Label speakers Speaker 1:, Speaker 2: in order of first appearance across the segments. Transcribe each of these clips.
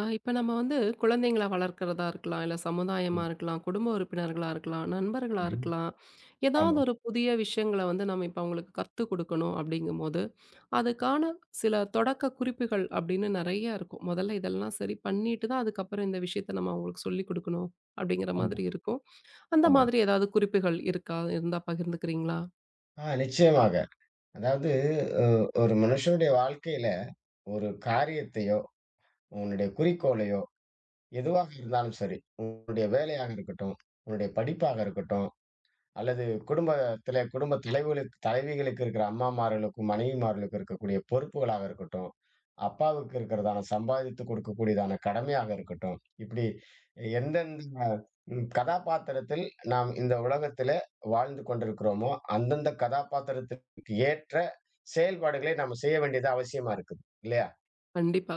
Speaker 1: ஆ, இப்ப நம்ம வந்து குழந்தைங்கள வளர்க்கிறதா இருக்கலாம், இல்ல சமுதாயமா
Speaker 2: ம்.
Speaker 1: இருக்கலாம், குடும்ப உறுப்பினர்களா இருக்கலாம், நண்பர்களா
Speaker 2: ம்ஹ்ம்.
Speaker 1: இருக்கலாம். ஏதாவது
Speaker 2: ஆமா,
Speaker 1: ஒரு புதிய விஷயங்கள வந்து நம்ம இப்ப அவங்களுக்கு கத்துக் கொடுக்கணும் அப்படிங்கும்போது, அதுக்கான சில தொடக்க குறிப்புகள் அப்படின்னு நெறைய இருக்கும். முதல்ல இதெல்லாம் சரி பண்ணிட்டு தான் அதுக்கப்புறம் இந்த விஷயத்த நம்ம அவங்களுக்கு சொல்லிக் கொடுக்கணும் அப்படிங்கிற
Speaker 2: ஆமா,
Speaker 1: மாதிரி இருக்கும். அந்த
Speaker 2: ஆமா.
Speaker 1: மாதிரி ஏதாவது குறிப்புகள் இருக்கா? இருந்தா பகிர்ந்துக்கிறீங்களா?
Speaker 2: நிச்சயமாக. அதாவது அ ஒரு மனுஷனுடைய வாழ்க்கையில ஒரு காரியத்தையோ, உன்னுடைய குறிக்கோளையோ, எதுவாக இருந்தாலும் சரி, உன்னுடைய வேலையாக இருக்கட்டும், உன்னுடைய படிப்பாக இருக்கட்டும், அல்லது குடும்பத்திலே குடும்ப தலைவர்களுக்கு தலைவிகளுக்கு இருக்கிற அம்மாமார்களுக்கும், மனைவிமார்களுக்கும் இருக்கக்கூடிய பொறுப்புகளாக இருக்கட்டும். அப்பாவுக்கு இருக்கிறதான சம்பாதித்து கொடுக்கக்கூடியதான கடமையாக இருக்கட்டும். இப்படி எந்தெந்த கதாபாத்திரத்தில் நாம் இந்த உலகத்திலே வாழ்ந்து கொண்டிருக்கிறோமோ, அந்தந்த கதாபாத்திரத்திற்கு ஏற்ற செயல்பாடுகளை நாம செய்ய வேண்டியது அவசியமா இருக்குது. இல்லையா?
Speaker 1: கண்டிப்பா,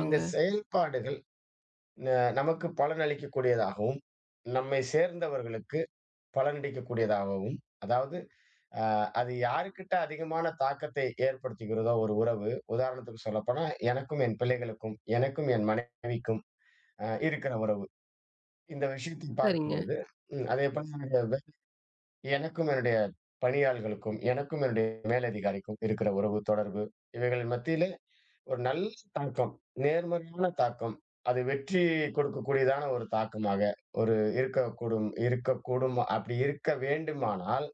Speaker 2: இந்த செயல்பாடுகள் ந நமக்கு பலனளிக்கக்கூடியதாகவும், நம்மை சேர்ந்தவர்களுக்கு பலனளிக்கக்கூடியதாகவும், அதாவது அ அது யாருக்கிட்ட அதிகமான தாக்கத்தை ஏற்படுத்துகிறதோ ஒரு உறவு, உதாரணத்துக்கு சொல்லப்போனா எனக்கும் என் பிள்ளைகளுக்கும், எனக்கும் என் மனைவிக்கும் இருக்கிற உறவு. இந்த விஷயத்தை பார்க்கும்
Speaker 1: சரிங்க.
Speaker 2: பொழுது, அதேபோல என்னுடைய எனக்கும் என்னுடைய பணியாள்களுக்கும், எனக்கும் என்னுடைய மேலதிகாரிக்கும் இருக்கிற உறவு, தொடர்பு இவைகளின் மத்தியிலே ஒரு நல்ல தாக்கம், நேர்மறையான தாக்கம். அது வெற்றி கொடுக்கக்கூடியதான ஒரு தாக்கமாக ஒரு இருக்கக்கூடும் இருக்கக்கூடும் அப்படி இருக்க வேண்டுமானால்,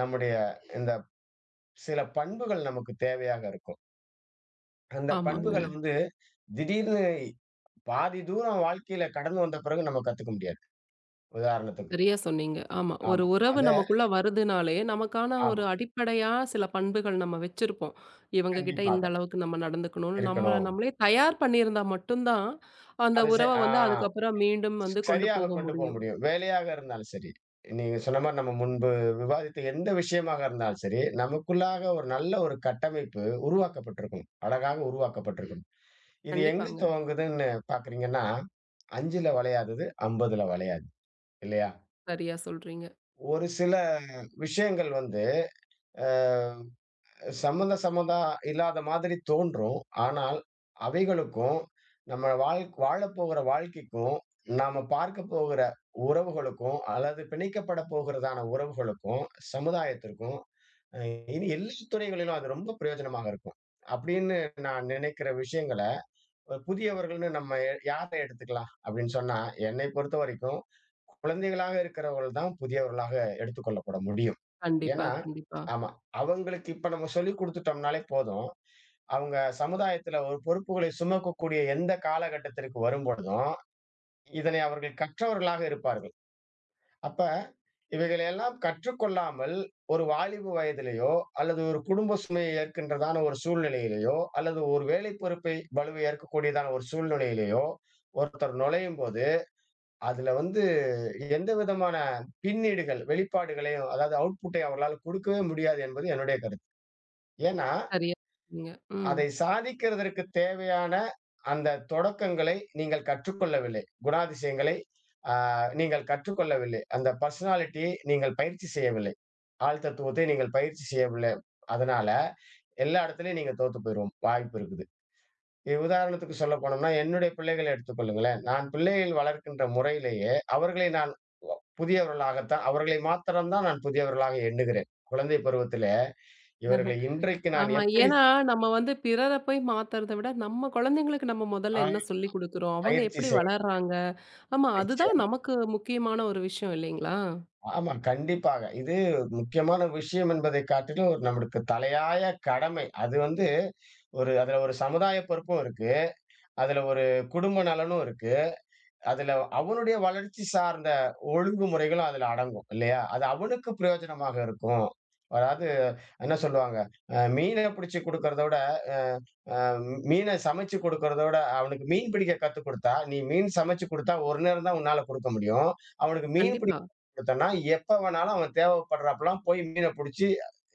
Speaker 2: நம்முடைய இந்த சில பண்புகள் நமக்கு தேவையாக இருக்கும். அந்த
Speaker 1: ஆமாங்க.
Speaker 2: பண்புகள் வந்து திடீர்னு பாதி தூரம் வாழ்க்கையில கடந்து வந்த பிறகு நம்ம கத்துக்க முடியாது. உதாரணத்துக்கு.
Speaker 1: சரியா சொன்னீங்க. ஆமா. ஒரு
Speaker 2: ஆமா.
Speaker 1: உறவு
Speaker 2: அத
Speaker 1: நமக்குள்ள வருதுனாலே, நமக்கான ஒரு
Speaker 2: ஆமா.
Speaker 1: அடிப்படையா சில பண்புகள் நம்ம வச்சிருப்போம். இவங்க கிட்ட இந்த
Speaker 2: கண்டிப்பாக
Speaker 1: அளவுக்கு நம்ம நடந்துக்கணும்னு நம்மள
Speaker 2: இருக்கணும்.
Speaker 1: நம்மளே தயார் பண்ணியிருந்தா மட்டும் தான், அந்த
Speaker 2: அது செ
Speaker 1: உறவ
Speaker 2: ஆ
Speaker 1: வந்து அதுக்கப்புறம் மீண்டும் வந்து கொண்டு
Speaker 2: சரியாக
Speaker 1: போக
Speaker 2: கொண்டு போ
Speaker 1: முடியும்.
Speaker 2: முடியும். வேலையாக இருந்தாலும் சரி. நீங்க சொன்ன மாரி நம்ம முன்பு விவாதித்த எந்த விஷயமாக இருந்தாலும் சரி, நமக்குள்ளாக ஒரு நல்ல ஒரு கட்டமைப்பு உருவாக்கப்பட்டிருக்கும். அழகாக உருவாக்கப்பட்டிருக்கும். இது எங்க
Speaker 1: கண்டிப்பாங்க.
Speaker 2: துவங்குதுன்னு பார்க்குறீங்கன்னா, 5ல வளையாதது 50ல வளையாது. இல்லையா?
Speaker 1: சரியா சொல்றீங்க.
Speaker 2: ஒரு சில விஷயங்கள் வந்து அ சம்மந்த சம்மந்தம் இல்லாத மாதிரி தோன்றும். ஆனால் அவைகளுக்கும், நம்ம வாழப்போகிற வாழ்க்கைக்கும், நாம பார்க்கப் போகிற உறவுகளுக்கும், அல்லது பிணைக்கப்பட போகிறதான உறவுகளுக்கும், சமுதாயத்திற்கும் அ இனி எல்லா துறைகளிலும் அது ரொம்ப பிரயோஜனமாக இருக்கும். அப்படின்னு நான் நினைக்கிற விஷயங்கள ஒரு புதியவர்கள்ன்னு நம்ம யார எடுத்துக்கலாம் அப்படின்னு சொன்னா, என்னை பொறுத்தவரைக்கும் குழந்தைகளாக இருக்கிறவர்கள் தான் புதியவர்களாக எடுத்துக்கொள்ளப்பட முடியும்.
Speaker 1: கண்டிப்பா,
Speaker 2: ஏன்னா
Speaker 1: கண்டிப்பா.
Speaker 2: ஆமா. அவங்களுக்கு இப்ப நம்ம சொல்லிக் குடுத்துட்டோம்னாலே போதும். அவங்க சமுதாயத்துல ஒரு பொறுப்புகளை சுமக்கக்கூடிய எந்த காலகட்டத்திற்கு வரும்பொழுதும், இதனை அவர்கள் கற்றவர்களாக இருப்பார்கள். அப்ப இவைகளையெல்லாம் கற்றுக்கொள்ளாமல், ஒரு வாலிப வயதிலேயோ, அல்லது ஒரு குடும்ப சுமையை ஏற்கின்றதான ஒரு சூழ்நிலையிலேயோ, அல்லது ஒரு வேலை பொறுப்பை பளுவை ஏற்கக்கூடியதான ஒரு சூழ்நிலையிலேயோ, ஒருத்தர் நுழையும்போது, அதுல வந்து எந்த விதமான பின்னீடுகள், வெளிப்பாடுகளையும் அதாவது அவுட்புட்டை அவர்களால குடுக்கவே முடியாது என்பது என்னுடைய கருத்து. ஏன்னா,
Speaker 1: சரியா சொன்னீங்க. ம்.
Speaker 2: அதை சாதிக்கிறதற்கு தேவையான அந்த தொடக்கங்களை நீங்கள் கற்றுக்கொள்ளவில்லை. குணாதிசயங்களை, ஆ நீங்கள் கற்றுக்கொள்ளவில்லை. அந்த பெர்சனாலிட்டியை நீங்கள் பயிற்சி செய்யவில்லை. ஆள் தத்துவத்தை நீங்கள் பயிற்சி செய்யவில்லை. அதனால எல்லா இடத்துலயும் நீங்க தோத்து போயிருவோம். வாய்ப்பு இருக்குது. உதாரணத்துக்கு சொல்லப் போனோம்னா, என்னுடைய பிள்ளைகள எடுத்துக்கொள்ளுங்களேன். நான் பிள்ளைகள் வளர்க்கின்ற முறையிலேயே அவர்களை நான் புதியவர்களாகத்தான் அவர்களை மாத்திரம் தான் நான் புதியவர்களாக எண்ணுகிறேன். குழந்தை பருவத்திலே இவர்களை இன்றைக்கு நான்
Speaker 1: ஆமா.
Speaker 2: எப்படி
Speaker 1: ஏன்னா நம்ம வந்து பிறர போய் மாத்துறத விட, நம்ம குழந்தைங்களுக்கு நம்ம
Speaker 2: ஆ
Speaker 1: முதல்ல என்ன சொல்லிக் குடுக்குறோம்? அவங்க
Speaker 2: பயிற்சி
Speaker 1: எப்படி
Speaker 2: செய்
Speaker 1: வளர்றாங்க? ஆமா. அதுதான்
Speaker 2: நிச்சயமா.
Speaker 1: நமக்கு முக்கியமான ஒரு விஷயம் இல்லைங்களா?
Speaker 2: ஆமா, கண்டிப்பாக. இது முக்கியமான விஷயம் என்பதை காட்டிலும் ஒரு நம்மளுக்கு தலையாய கடமை. அது வந்து ஒரு அதுல ஒரு சமுதாய பொறுப்பும் இருக்கு. அதுல ஒரு குடும்ப நலனும் இருக்கு. அதுல அவனுடைய வளர்ச்சி சார்ந்த ஒழுங்குமுறைகளும் அதுல அடங்கும் இல்லையா? அது அவனுக்கு பிரயோஜனமாக இருக்கும். அதாவது என்ன சொல்லுவாங்க, மீன பிடிச்சு குடுக்கறத விட, அ அ மீன சமைச்சு குடுக்கறத விட, அவனுக்கு மீன் பிடிக்க கத்துக் குடுத்தா, நீ மீன் சமைச்சு குடுத்தா, ஒரு நேரம் தான் உன்னால குடுக்க முடியும். அவனுக்கு மீன்
Speaker 1: கண்டிப்பா,
Speaker 2: பிடிக்க குடுத்தன்னா, எப்ப வேணாலும் அவன் தேவைப்படுறாப்பலாம் போய் மீன புடிச்சு,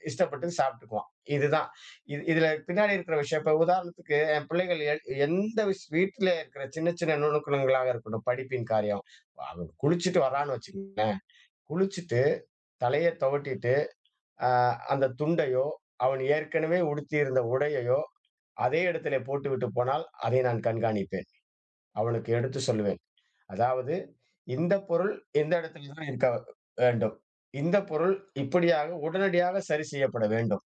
Speaker 2: இஷ்டப்பட்டு சாப்பிட்டுக்குவான். இதுதான். இது இதுல பின்னாடி இருக்கிற விஷயம். இப்ப உதாரணத்துக்கு என் பிள்ளைகள் எ எந்த விஷ் வீட்ல இருக்கிற சின்ன சின்ன நுணுக்கங்களாக இருக்கட்டும், படிப்பின் காரியம். அவன் குளிச்சுட்டு வர்றான்னு வச்சுக்கங்களேன், குளிச்சுட்டு தலைய துவட்டிட்டு அ அந்த துண்டையோ, அவன் ஏற்கனவே உடுத்தியிருந்த உடையையோ, அதே இடத்திலே போட்டுவிட்டு போனால், அதை நான் கண்காணிப்பேன். அவனுக்கு எடுத்துச் சொல்லுவேன். அதாவது இந்த பொருள் இந்த இடத்தில் தான் இருக்க வேண்டும். இந்த பொருள் இப்படியாக உடனடியாக சரி செய்யப்பட வேண்டும்.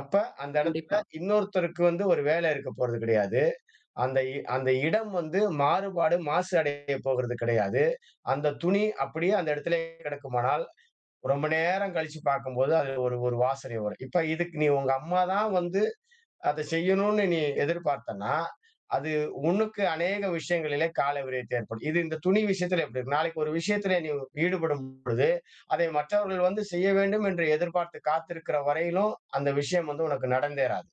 Speaker 2: அப்ப அந்த இடத்துல
Speaker 1: கண்டிப்பா.
Speaker 2: இன்னொருத்தருக்கு வந்து ஒரு வேலை இருக்கப் போறது கிடையாது. அந்த அந்த இடம் வந்து மாறுபாடு, மாசு அடையப் போகிறது கிடையாது. அந்த துணி அப்படியே அந்த இடத்திலே கிடக்குமானால், ரொம்ப நேரம் கழிச்சு பார்க்கும்போது, அது ஒரு ஒரு வாசனை வரும். இப்ப இதுக்கு நீ உங்க அம்மா தான் வந்து அத செய்யணும்னு நீ எதிர்பார்த்தன்னா, அது உனக்கு அநேக விஷயங்களிலே கால விரயத்தை ஏற்படும். இது இந்த துணி விஷயத்துல எப்படி இருக்கும்? நாளைக்கு ஒரு விஷயத்திலே நீ ஈடுபடும் பொழுது, அதை மற்றவர்கள் வந்து செய்ய வேண்டும் என்று எதிர்பார்த்து காத்திருக்கிற வரையிலும், அந்த விஷயம் வந்து உனக்கு நடந்தேறாது.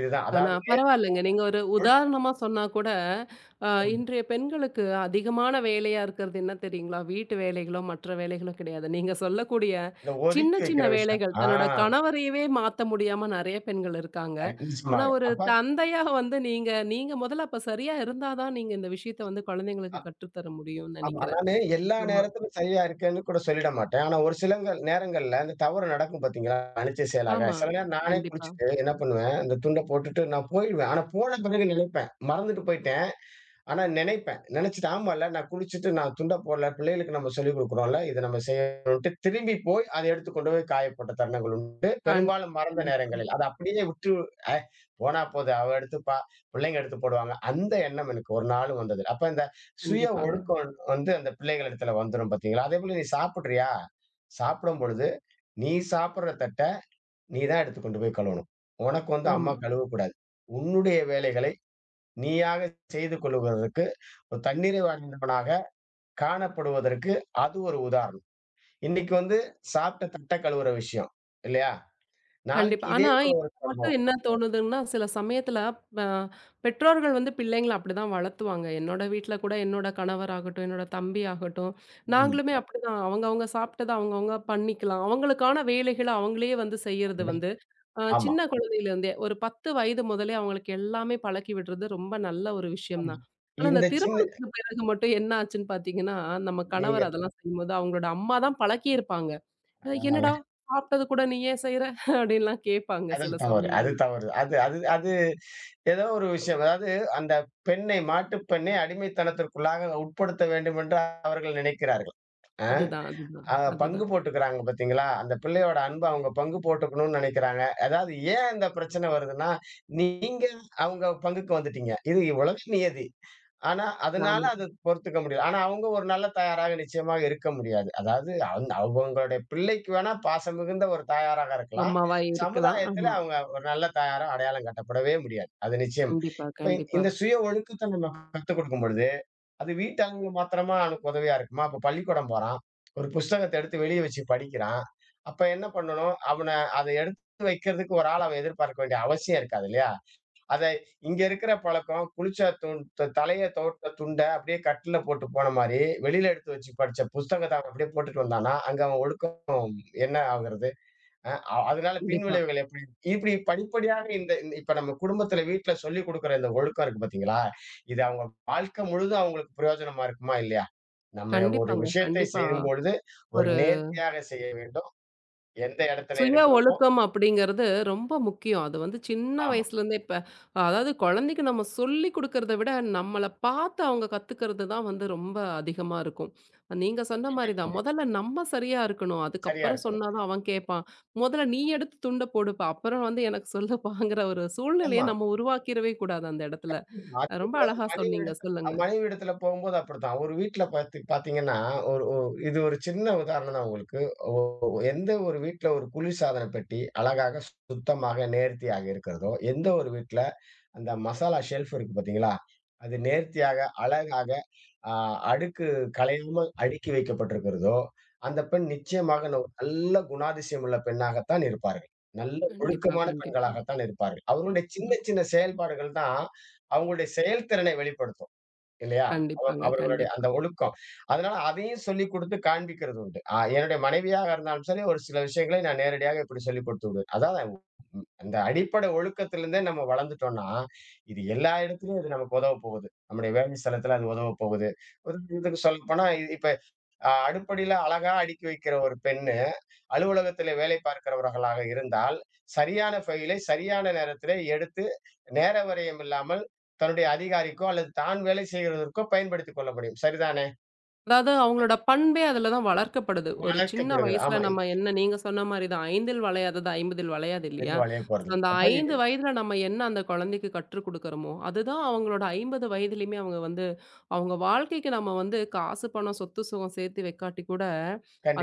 Speaker 2: இதுதான்.
Speaker 1: ஆனா
Speaker 2: அதாவது
Speaker 1: பரவாயில்லங்க. நீங்க ஒரு
Speaker 2: நேர்கொள்
Speaker 1: உதாரணமா சொன்னா கூட, இன்றைய பெண்களுக்கு அதிகமான வேலையா இருக்கிறது என்ன தெரியுங்களா? வீட்டு வேலைகளோ, மற்ற வேலைகளோ கிடையாது. நீங்க சொல்லக்கூடிய
Speaker 2: இந்த ஒதுக்கி
Speaker 1: சின்ன சின்ன
Speaker 2: வைக்கிற விஷயம்.
Speaker 1: வேலைகள்,
Speaker 2: ஆ,
Speaker 1: தன்னோட கணவரையவே மாத்த முடியாம நெறைய பெண்கள் இருக்காங்க.
Speaker 2: அ
Speaker 1: ஆனா
Speaker 2: நிச்சயமாக.
Speaker 1: ஒரு
Speaker 2: அப்ப
Speaker 1: தந்தையா வந்து நீங்க நீங்க முதல்ல அப்ப சரியா இருந்தா தான் நீங்க இந்த விஷயத்த வந்து குழந்தைங்களுக்கு கற்றுத்தர முடியும்னு
Speaker 2: ஆமா.
Speaker 1: நெனைக்கிறேன்.
Speaker 2: நானு எல்லா
Speaker 1: ஆமா,
Speaker 2: நேரத்திலும் சரியா இருக்கேன்னு கூட சொல்லிட மாட்டேன். ஆனா ஒரு சிலங்கள் நேரங்கள்ல அந்த தவறு நடக்கும் பார்த்தீங்களா? அனிச்சை செயலாக.
Speaker 1: ஆமா.
Speaker 2: சில நேரம் நானே
Speaker 1: கண்டிப்பா.
Speaker 2: குளிச்சுட்டு என்ன பண்ணுவேன், அந்த துண்ட போட்டுட்டு நான் போயிடுவேன். ஆனா போன பிறகு நினைப்பேன். மறந்துட்டு போயிட்டேன். ஆனா நினைப்பேன். நினைச்சுட்டு ஆமால்ல நான் குளிச்சுட்டு நான் துண்ட போடல. பிள்ளைகளுக்கு நம்ம சொல்லிக் குடுக்குறோம்ல. இத நம்ம செய்யணும்ன்ட்டு திரும்பி போய் அத எடுத்து கொண்டு போய் காய போட்ட தருணங்கள் உண்டு.
Speaker 1: கண்
Speaker 2: பெரும்பாலும் மறந்த
Speaker 1: கண்டிப்பா,
Speaker 2: நேரங்களில். அத அப்படியே விட்டு "அ போனா போது அவ எடுத்துப்பா. பிள்ளைங்க எடுத்து போடுவாங்க." அந்த எண்ணம் எனக்கு ஒரு நாளும் வந்ததில்ல. அப்ப இந்த சுய
Speaker 1: கண்டிப்பாங்க.
Speaker 2: ஒழுக்கம் வந்து அந்த பிள்ளைகள் இடத்துல வந்துரும் பார்த்தீங்களா? அதேபோல நீ சாப்பிடுறியா? சாப்பிடும் பொழுது நீ சாப்பிடுற தட்ட நீ தான் எடுத்து கொண்டு போய் கழுவணும். உனக்கு வந்து அம்மா
Speaker 1: ஆமா.
Speaker 2: கழுவக்கூடாது. உன்னுடைய வேலைகளை நீயாக செய்து கொள்ளுவதற்கு ஒரு தன்னிறை வாய்ந்தவனாக காணப்படுவதற்கு அது ஒரு உதாரணம். இன்னைக்கு வந்து சாப்பிட்ட தட்ட கழுவுற விஷயம் இல்லையா? நாளைக்கு
Speaker 1: கண்டிப்பா.
Speaker 2: இதே
Speaker 1: ஆனா,
Speaker 2: போல
Speaker 1: இப்ப
Speaker 2: ஒரு
Speaker 1: மட்டும்
Speaker 2: சம்பவம்.
Speaker 1: என்ன தோணுதுன்னா, சில சமயத்துல அ பெற்றோர்கள் வந்து பிள்ளைங்கள அப்படிதான் வளர்த்துவாங்க. என்னோட வீட்ல கூட என்னோட கணவராகட்டும், என்னோட தம்பி ஆகட்டும்,
Speaker 2: ம்.
Speaker 1: நாங்களுமே அப்படிதான். அவங்கவங்க சாப்பிட்டத அவங்கவங்க பண்ணிக்கலாம். அவங்களுக்கான வேலைகள அவங்களே வந்து செய்யறது
Speaker 2: அதுதான்.
Speaker 1: வந்து,
Speaker 2: ஆமா,
Speaker 1: சின்ன குழந்தையிலேருந்தே ஒரு 10 வயது முதலே அவங்களுக்கு எல்லாமே பழக்கி விடுறது ரொம்ப நல்ல ஒரு விஷயம்
Speaker 2: ஆமா.
Speaker 1: தான். ஆனா,
Speaker 2: இந்த
Speaker 1: இந்த
Speaker 2: சின்ன
Speaker 1: திருமணத்துக்கு பிறகு மட்டும் என்ன ஆச்சுன்னு பார்த்தீங்கன்னா, நம்ம
Speaker 2: நீங்க
Speaker 1: கணவர் அதெல்லாம் செய்யும்போது அவங்களோட அம்மா தான் பழக்கியிருப்பாங்க.
Speaker 2: ஆ
Speaker 1: "என்னடா சாப்பிட்டது கூட நீ ஏன் செய்ற?" அப்படின்லாம் கேட்பாங்க
Speaker 2: அது
Speaker 1: சில
Speaker 2: தவறு, அது
Speaker 1: சமயங்கள்ல.
Speaker 2: தவறு. அது அது அது ஏதோ ஒரு விஷயம். அதாவது அந்த பெண்ணை மாட்டுப் பெண்ணை அடிமைத்தனத்திற்குள்ளாக உட்படுத்த வேண்டும் என்று அவர்கள் நினைக்கிறார்கள். அ.
Speaker 1: அதுதான், அதுதான்,
Speaker 2: ஆ பங்கு
Speaker 1: அதுதான்.
Speaker 2: போட்டுக்கிறாங்க பார்த்தீங்களா? அந்த பிள்ளையோட அன்ப அவங்க பங்கு போட்டுக்கணும்னு நினைக்கிறாங்க. அதாவது ஏன் இந்த பிரச்சனை வருதுன்னா, நீங்க அவங்க பங்குக்கு வந்துட்டீங்க. இது உலக நியதி. ஆனா, அதனால
Speaker 1: ஆமா.
Speaker 2: அது பொறுத்துக்க முடியல. ஆனா, அவங்க ஒரு நல்ல தாயாராக நிச்சயமாக இருக்க முடியாது. அதாவது அவங்களுடைய பிள்ளைக்கு வேணா பாசம் மிகுந்த ஒரு தாயாராக இருக்கலாம்.
Speaker 1: அம்மாவா இருக்கலாம்.
Speaker 2: சமுதாயத்தில
Speaker 1: ஆமா.
Speaker 2: அவங்க ஒரு நல்ல தாயாரா அடையாளம் காட்டப்படவே முடியாது. அது நிச்சயம்.
Speaker 1: கண்டிப்பா,
Speaker 2: இப்ப
Speaker 1: கண்டிப்பா,
Speaker 2: இந்த சுய ஒழுக்கத்த நம்ம கத்துக் கொடுக்கும் பொழுது அது வீட்டாங்க மாத்திரமா அவனுக்கு உதவியா இருக்குமா? அப்ப பள்ளிக்கூடம் போறான். ஒரு புஸ்தகத்த எடுத்து வெளிய வச்சு படிக்கிறான். அப்ப என்ன பண்ணணும்? அவன அத எடுத்து வைக்கிறதுக்கு ஒரு ஆள் அவன் எதிர்பார்க்க வேண்டிய அவசியம் இருக்காது இல்லையா? அத இங்க இருக்கிற பழக்கம் குளிச்ச துண் த தலைய துவட்ட துண்ட அப்படியே கட்டில்ல போட்டு போன மாரி, வெளியில எடுத்து வச்சு படிச்ச புஸ்தகத்த அவன் அப்படியே போட்டுட்டு வந்தான்னா, அங்க அவன் ஒழுக்கம் என்ன ஆகுறது? அ அ அதனால பின்
Speaker 1: கண்டிப்பா.
Speaker 2: விளைவுகள் எப்படி? இப்படி படிப்படியாக இந்த இந்த இப்ப நம்ம குடும்பத்தில வீட்ல சொல்லிக் குடுக்குற இந்த ஒழுக்கம் இருக்கு பார்த்தீங்களா? இது அவங்க வாழ்க்கை முழுதும் அவங்களுக்கு பிரயோஜனமா இருக்குமா? இல்லையா? நம்ம ஒரு
Speaker 1: கண்டிப்பாங்க,
Speaker 2: விஷயத்தை
Speaker 1: கண்டிப்பா.
Speaker 2: செய்யும்பொழுது, ஒரு
Speaker 1: ஒரு
Speaker 2: நேர்த்தியாக செய்ய வேண்டும். எந்த இடத்துல
Speaker 1: சுய
Speaker 2: எடுக்கிறோமோ
Speaker 1: ஒழுக்கம் அப்படிங்கிறது ரொம்ப முக்கியம். அது வந்து சின்ன
Speaker 2: ஆமா.
Speaker 1: வயசுலேருந்தே இப்ப அதாவது குழந்தைக்கு நம்ம சொல்லிக் குடுக்கிறத விட, நம்மள பார்த்து அவங்க கத்துக்கிறது தான் வந்து ரொம்ப அதிகமா இருக்கும். நீங்க சொன்ன மாரி தான்.
Speaker 2: கண்டிப்பாங்க.
Speaker 1: முதல்ல நம்ம சரியா இருக்கணும்.
Speaker 2: சரியா
Speaker 1: அதுக்கப்புறம்
Speaker 2: இருக்கணும்.
Speaker 1: சொன்னா தான் அவன் கேட்பான். "முதல்ல நீ எடுத்து துண்ட போடுப்பா, அப்புறம் வந்து எனக்கு சொல்லுப்பாங்கிற" ஒரு சூழ்நிலைய
Speaker 2: ஆமா.
Speaker 1: நம்ம உருவாக்கிடவே கூடாது அந்த இடத்துல.
Speaker 2: அதே
Speaker 1: ரொம்ப
Speaker 2: போல
Speaker 1: அழகா
Speaker 2: மனைவி
Speaker 1: சொன்னீங்க.
Speaker 2: இடத்துல
Speaker 1: சொல்லுங்க.
Speaker 2: மனைவி இடத்துல போகும்போது அப்படித்தான். ஒரு வீட்ல பாத்து பாத்தீங்கன்னா, ஒரு ஒ இது ஒரு சின்ன உதாரணம் தான் உங்களுக்கு. ஒ ஒ- எந்த ஒரு வீட்ல ஒரு குளிர்சாதன பெட்டி அழகாக, சுத்தமாக, நேர்த்தியாக இருக்கிறதோ, எந்த ஒரு வீட்ல அந்த மசாலா ஷெல்ஃப் இருக்கு பாத்தீங்களா? அது நேர்த்தியாக, அழகாக ஆ அடுக்கு கலையாமல் அடுக்கி வைக்கப்பட்டிருக்கிறதோ, அந்த பெண் நிச்சயமாக நல்ல குணாதிசயம் உள்ள பெண்ணாகத்தான் இருப்பார்கள். நல்ல
Speaker 1: கண்டிப்பா,
Speaker 2: ஒழுக்கமான
Speaker 1: கண்டிப்பா.
Speaker 2: பெண்களாகத்தான் இருப்பார்கள். அவர்களுடைய சின்ன
Speaker 1: ம்ஹ்ம்.
Speaker 2: சின்ன செயல்பாடுகள் தான் அவங்களுடைய செயல்திறனை வெளிப்படுத்தும். இல்லையா?
Speaker 1: கண்டிப்பாங்க,
Speaker 2: அவர்களுடைய
Speaker 1: கண்டிப்பா.
Speaker 2: அந்த ஒழுக்கம். அதனால அதையும் சொல்லிக் கொடுத்து காண்பிக்கிறது உண்டு. என்னுடைய மனைவியாக இருந்தாலும் சரி, ஒரு சில விஷயங்களை நான் நேரடியாக இப்படி சொல்லிக் கொடுத்து விடுவேன். அதாவது அந்த அடிப்படை ஒழுக்கத்திலிருந்தே நம்ம வளர்ந்துட்டோம்னா, இது எல்லா இடத்துலயும் இது நமக்கு உதவப் போகுது. நம்முடைய வேலை ஸ்தலத்துல அது உதவப் போகுது. உதாரணத்துக்கு சொல்லப்போனா, இப்ப அடுப்படியில அழகா அடுக்கி வைக்கிற ஒரு பெண்ணு, அலுவலகத்திலே வேலை பார்க்கிறவர்களாக இருந்தால், சரியான ஃபைலை சரியான நேரத்திலே எடுத்து, நேர விரயம் இல்லாமல் தன்னுடைய அதிகாரிக்கோ, அல்லது தான் வேலை செய்கிறதற்கோ பயன்படுத்திக் கொள்ள முடியும். சரிதானே?
Speaker 1: அதாவது அவங்களோட பண்பே அதுல தான் வளர்க்கப்படுது. ஒரு சின்ன
Speaker 2: வளர்க்கப்படுகிறது.
Speaker 1: வயசுல
Speaker 2: ஆமா.
Speaker 1: நம்ம என்ன நீங்க சொன்ன மாரி தான். "ஐந்தில் வளையாதது ஐம்பதில் வளையாது" இல்லையா?
Speaker 2: வளையப்
Speaker 1: So,
Speaker 2: போறதில்ல.
Speaker 1: அந்த
Speaker 2: அப்ப இது
Speaker 1: 5 வயதுல நம்ம என்ன அந்த குழந்தைக்கு கற்றுக் குடுக்குறோமோ, அதுதான் அவங்களோட 50 வயதிலயுமே அவங்க வந்து அவங்க வாழ்க்கைக்கு நம்ம வந்து காசு, பணம், சொத்து, சுகம் சேர்த்து வைக்காட்டி கூட,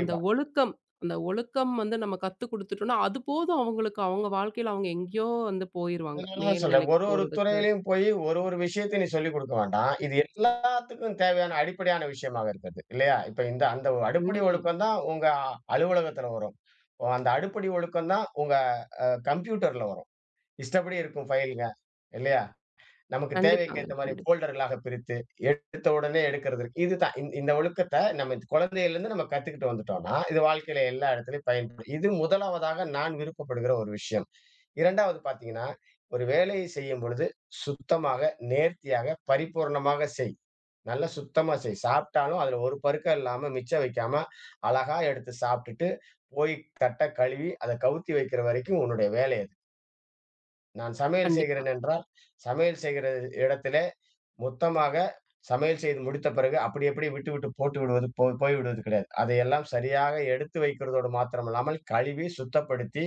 Speaker 1: அந்த ஒழுக்கம் அந்த ஒழுக்கம் வந்து நம்ம கத்து குடுத்துட்டோம்னா, அது போதும் அவங்களுக்கு. அவங்க வாழ்க்கையில அவங்க எங்கேயோ வந்து போயிருவாங்க.
Speaker 2: அதனால தான்
Speaker 1: மேல்
Speaker 2: சொல்றேன்.
Speaker 1: நிலைக்கு
Speaker 2: ஒரு ஒரு
Speaker 1: போறதுக்கு.
Speaker 2: துறையிலயும் போய் ஒரு ஒரு விஷயத்த நீ சொல்லிக் குடுக்க வேண்டாம். இது எல்லாத்துக்கும் தேவையான அடிப்படையான விஷயமாக இருக்கிறது. இல்லையா? இப்ப இந்த அந்த ஒரு அடிப்படை
Speaker 1: கண்டிப்பா.
Speaker 2: ஒழுக்கம் தான் உங்க அலுவலகத்துல வரும். ஓ, அந்த அடிப்படை ஒழுக்கம் தான் உங்க கம்ப்யூட்டர்ல வரும். இஷ்டப்படி இருக்கும் ஃபைல்ங்க. இல்லையா? நமக்கு தேவைக்கு
Speaker 1: கண்டிப்பாங்க.
Speaker 2: ஏத்த மாரி
Speaker 1: கண்டிப்பா.
Speaker 2: ஃபோல்டர்களாக பிரித்து, எடுத்த உடனே எடுக்கிறது இருக்கு. இதுதான். இந்த ஒழுக்கத்த நம்ம குழந்தையிலிருந்து நம்ம கத்துக்கிட்டு வந்துட்டோம்னா, இது வாழ்க்கையில எல்லா இடத்துலயும் பயன்படும். இது முதலாவதாக நான் விருப்பப்படுகிற ஒரு விஷயம். 2வது பார்த்தீங்கன்னா, ஒரு வேலையை செய்யும் பொழுது சுத்தமாக, நேர்த்தியாக, பரிபூரணமாக செய். நல்ல சுத்தமா செய். சாப்பிட்டாலும் அதுல ஒரு பருக்க இல்லாம மிச்சம் வைக்காம, அழகா எடுத்து சாப்பிட்டுட்டு, போய் தட்ட கழுவி, அத கவுத்தி வைக்கிற வரைக்கும் உன்னுடைய வேலை அது. நான் சமையல்
Speaker 1: கண்டிப்பா.
Speaker 2: செய்கிறேன் என்றால், சமையல் செய்கிற இடத்திலே மொத்தமாக சமையல் செய்து முடித்த பிறகு அப்படி அப்படியே விட்டு விட்டு போட்டு விடுவது போய்விடுவது கிடையாது. அதையெல்லாம் சரியாக எடுத்து வைக்கிறதோடு மாத்திரம் இல்லாமல், கழுவி சுத்தப்படுத்தி,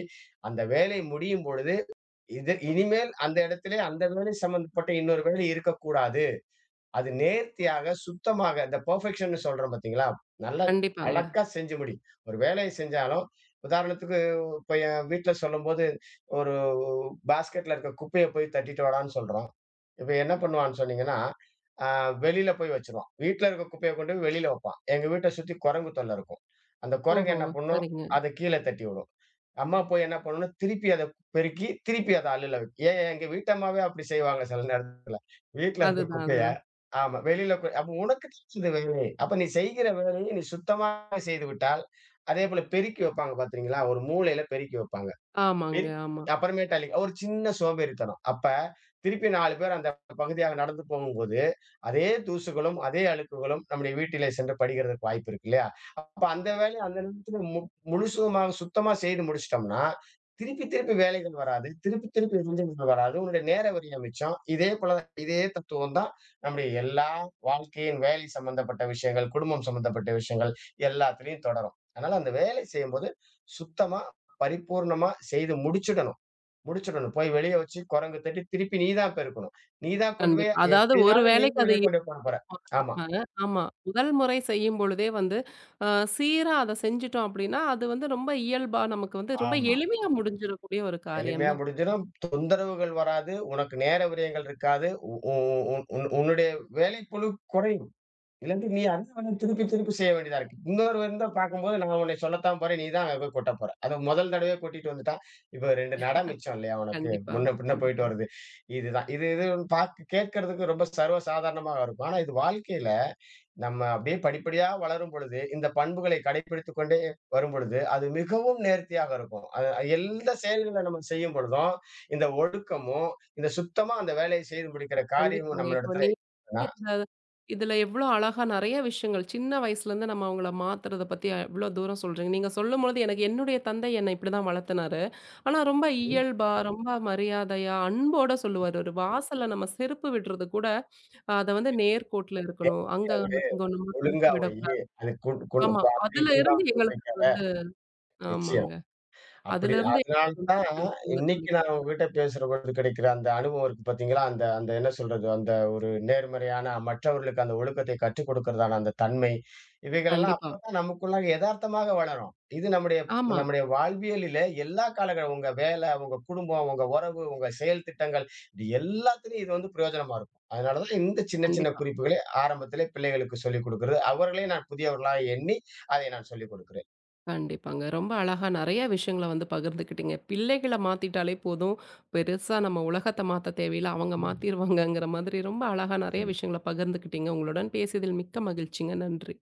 Speaker 2: அந்த வேலை முடியும் பொழுது இது இனிமேல் அந்த இடத்திலே அந்த வேலை சம்மந்தப்பட்ட இன்னொரு வேலை இருக்கக்கூடாது. அது நேர்த்தியாக, சுத்தமாக இந்த பெர்ஃபெக்ஷன்னு சொல்றோம் பார்த்தீங்களா? நல்லா
Speaker 1: கண்டிப்பாங்க.
Speaker 2: அழகா செஞ்சு முடி. ஒரு வேலைய செஞ்சாலும், உதாரணத்துக்கு இப்ப என் வீட்ல சொல்லும்போது, ஒரு பாஸ்கெட்ல இருக்க குப்பைய போய் தட்டிட்டு வாடான்னு சொல்றோம். இப்ப என்ன பண்ணுவான்னு சொன்னீங்கன்னா, அ வெளியில போய் வச்சுருவான். வீட்ல இருக்க குப்பைய கொண்டு போய் வெளியில வைப்பான். எங்க வீட்ட சுத்தி குரங்கு தொல்ல இருக்கும். அந்த குரங்கு
Speaker 1: ஓஹோ!
Speaker 2: என்ன பண்ணும்?
Speaker 1: சரிங்க.
Speaker 2: அத கீழ தட்டி விடும். அம்மா போய் என்ன பண்ணும்னா, திருப்பி அத பெருக்கி, திருப்பி அத அல்லுல வைக்கும். ஏன் எங்க வீட்டம்மாவே அப்படி செய்வாங்க சில நேரத்துல. வீட்ல இருக்க
Speaker 1: அதுதான்,
Speaker 2: குப்பைய
Speaker 1: அதுதான்.
Speaker 2: ஆமா. வெளியில போய் அப்ப உனக்கு கிடைச்சது வேலை. அப்ப நீ செய்கிற வேலையை நீ சுத்தமா செய்து விட்டால், அதேபோல பெருக்கி வைப்பாங்க பார்த்தீங்களா? ஒரு மூலையில பெருக்கி வைப்பாங்க.
Speaker 1: ஆமாங்க,
Speaker 2: பெரி
Speaker 1: ஆமா.
Speaker 2: அப்புறமேட்டாலே ஒரு சின்ன சோம்பேறித்தனம். அப்ப திருப்பி 4 பேர் அந்த பகுதியாக நடந்து போகும்போது, அதே தூசுகளும், அதே அழுக்குகளும் நம்முடைய வீட்டிலே சென்று படிகிறதற்கு வாய்ப்பு இருக்கு இல்லையா? அப்ப அந்த வேலைய அந்த நேரத்துல முழுசுமாக சுத்தமா செய்து முடிச்சுட்டோம்னா, திருப்பி திருப்பி வேலைகள் வராது. திருப்பி திருப்பி இடைஞ்சல்கள் வராது. உன்னுடைய நேர விரயம் மிச்சம். இதே போல இதே தத்துவம் தான் நம்முடைய எல்லா வாழ்க்கையின் வேலை சம்பந்தப்பட்ட விஷயங்கள், குடும்பம் சம்பந்தப்பட்ட விஷயங்கள் எல்லாத்துலயும் தொடரும். அதனால அந்த வேலை செய்யும்போது சுத்தமா பரிபூர்ணமா செய்து முடிச்சுடணும். முடிச்சுடணும். போய் வெளிய வச்சு குரங்கு தட்டி திருப்பி நீ தான் பெருக்கணும். நீ தான் கொண்டு போய்
Speaker 1: கண்டிப்பா. அதாவது ஒரு
Speaker 2: எப்டினாலும் நீ
Speaker 1: வேளைக்கு அது
Speaker 2: வெளிய கொண்டு போய் போடப்போற.
Speaker 1: இருக்கும்.
Speaker 2: ஆமா.
Speaker 1: ஆமாங்க. ஆமா. முதல் முறை செய்யும் பொழுதே வந்து, அ சீரா அத செஞ்சுட்டோம் அப்டின்னா, அது வந்து ரொம்ப இயல்பா நமக்கு வந்து ரொம்ப
Speaker 2: ஆமா.
Speaker 1: எளிமையா முடிஞ்சிடக்கூடிய ஒரு காரியம்
Speaker 2: எளிமையா
Speaker 1: தான்.
Speaker 2: முடிஞ்சிடும். தொந்தரவுகள் வராது. உனக்கு நேர விரயங்கள் இருக்காது. உ உ உன் உன் உன்னுடைய வேலைப்பளு குறையும். இல்லாட்டி நீ அதான் வந்து திருப்பி திருப்பி செய்ய வேண்டியதா இருக்கு. இன்னொருவர் இருந்தா பார்க்கும்போது, நான் உன்னை சொல்லத்தான் போறேன். நீ தான் அங்க போய் கொட்டப் போற. அத முதல் தடவையே கொட்டிட்டு வந்துட்டான். இப்ப 2 நட மிச்சம் இல்லையா உனக்கு?
Speaker 1: கண்டிப்பா,
Speaker 2: முன்ன பின்ன போயிட்டு
Speaker 1: கண்டிப்பா.
Speaker 2: வருது. இதுதான். இது இது பாக்க கேட்கறதுக்கு ரொம்ப சர்வ சாதாரணமா இருக்கும். ஆனா இது வாழ்க்கையில நம்ம அப்படியே படிப்படியா வளரும் பொழுது, இந்த பண்புகளை கடைப்பிடித்துக் கொண்டே வரும்பொழுது, அது மிகவும் நேர்த்தியாக இருக்கும். அது எந்த செயல்கள நம்ம செய்யும் பொழுதும், இந்த ஒழுக்கமும், இந்த சுத்தமா அந்த வேலையை செய்து முடிக்கிற காரியமும்
Speaker 1: கண்டிப்பாங்க. இப்போ
Speaker 2: நம்மளிடத்துல
Speaker 1: நீ
Speaker 2: இருக்குன்னா
Speaker 1: இந்த இதுல எவ்ளோ அழகா நெறைய விஷயங்கள் சின்ன வயசுலேருந்து நம்ம அவங்கள மாத்துறத பத்தி எவ்ளோ தூரம் சொல்றீங்க. நீங்க சொல்லும்பொழுது எனக்கு என்னுடைய தந்தை என்னை இப்படிதான் வளர்த்துனாரு. ஆனா ரொம்ப இயல்பா, ரொம்ப மரியாதையா, அன்போட சொல்லுவாரு. ஒரு வாசல்ல நம்ம செருப்பு விடுறது கூட அத வந்து நேர்கோட்டுல இருக்கணும். அங்க ஒண்ணு, இங்க நம்ம
Speaker 2: ஒழுங்கா
Speaker 1: கழட்டி
Speaker 2: வையி.
Speaker 1: விடக்கூடாது.
Speaker 2: அது கொண்டு கொண்டு
Speaker 1: ஆமா.
Speaker 2: அப்படி
Speaker 1: அதுல இருந்து
Speaker 2: இப்படிலாம்
Speaker 1: எங்களுக்கு அது
Speaker 2: நிச்சயமா.
Speaker 1: வந்து ஆமாங்க.
Speaker 2: அப்படி
Speaker 1: அதுலருந்து
Speaker 2: அதனால தான் இன்னைக்கு
Speaker 1: சொல்லிக்
Speaker 2: நான்
Speaker 1: குடுத்தாங்க.
Speaker 2: உங்ககிட்ட பேசுற பொழுது கிடைக்கிற அந்த அனுபவம் இருக்கு பார்த்தீங்களா? அந்த அந்த என்ன சொல்றது? அந்த ஒரு நேர்மறையான மற்றவர்களுக்கு அந்த ஒழுக்கத்தை கற்றுக் கொடுக்கிறதான அந்த தன்மை, இவைகளெல்லாம்
Speaker 1: கண்டிப்பா.
Speaker 2: அப்பதான் நமக்குள்ளாக எதார்த்தமாக வளரும். இது நம்முடைய
Speaker 1: ஆமா.
Speaker 2: நம்முடைய வாழ்வியலிலே எல்லா காலங்கள் உங்க வேலை, உங்க குடும்பம், உங்க உறவு, உங்க செயல் திட்டங்கள் இது எல்லாத்துலயும் இது வந்து பிரயோஜனமா இருக்கும். அதனால தான் இந்த சின்ன சின்ன
Speaker 1: கண்டிப்பா.
Speaker 2: குறிப்புகளை ஆரம்பத்திலே பிள்ளைகளுக்கு சொல்லிக் கொடுக்கிறது. அவர்களையும் நான் புதியவர்களா எண்ணி, அதை நான் சொல்லிக் கொடுக்கிறேன்.
Speaker 1: கண்டிப்பாங்க. ரொம்ப அழகா நெறைய விஷயங்கள வந்து பகிர்ந்துக்கிட்டீங்க. பிள்ளைகள மாத்திட்டாலே போதும், பெருசா நம்ம உலகத்த மாத்த தேவையில்ல. அவங்க
Speaker 2: ம்.
Speaker 1: மாத்திருவாங்கங்கிற மாதிரி ரொம்ப அழகா நெறைய
Speaker 2: சரி.
Speaker 1: விஷயங்கள பகிர்ந்துக்கிட்டீங்க. உங்களுடன் பேசியதில் மிக்க மகிழ்ச்சிங்க. நன்றி.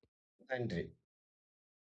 Speaker 2: நன்றி.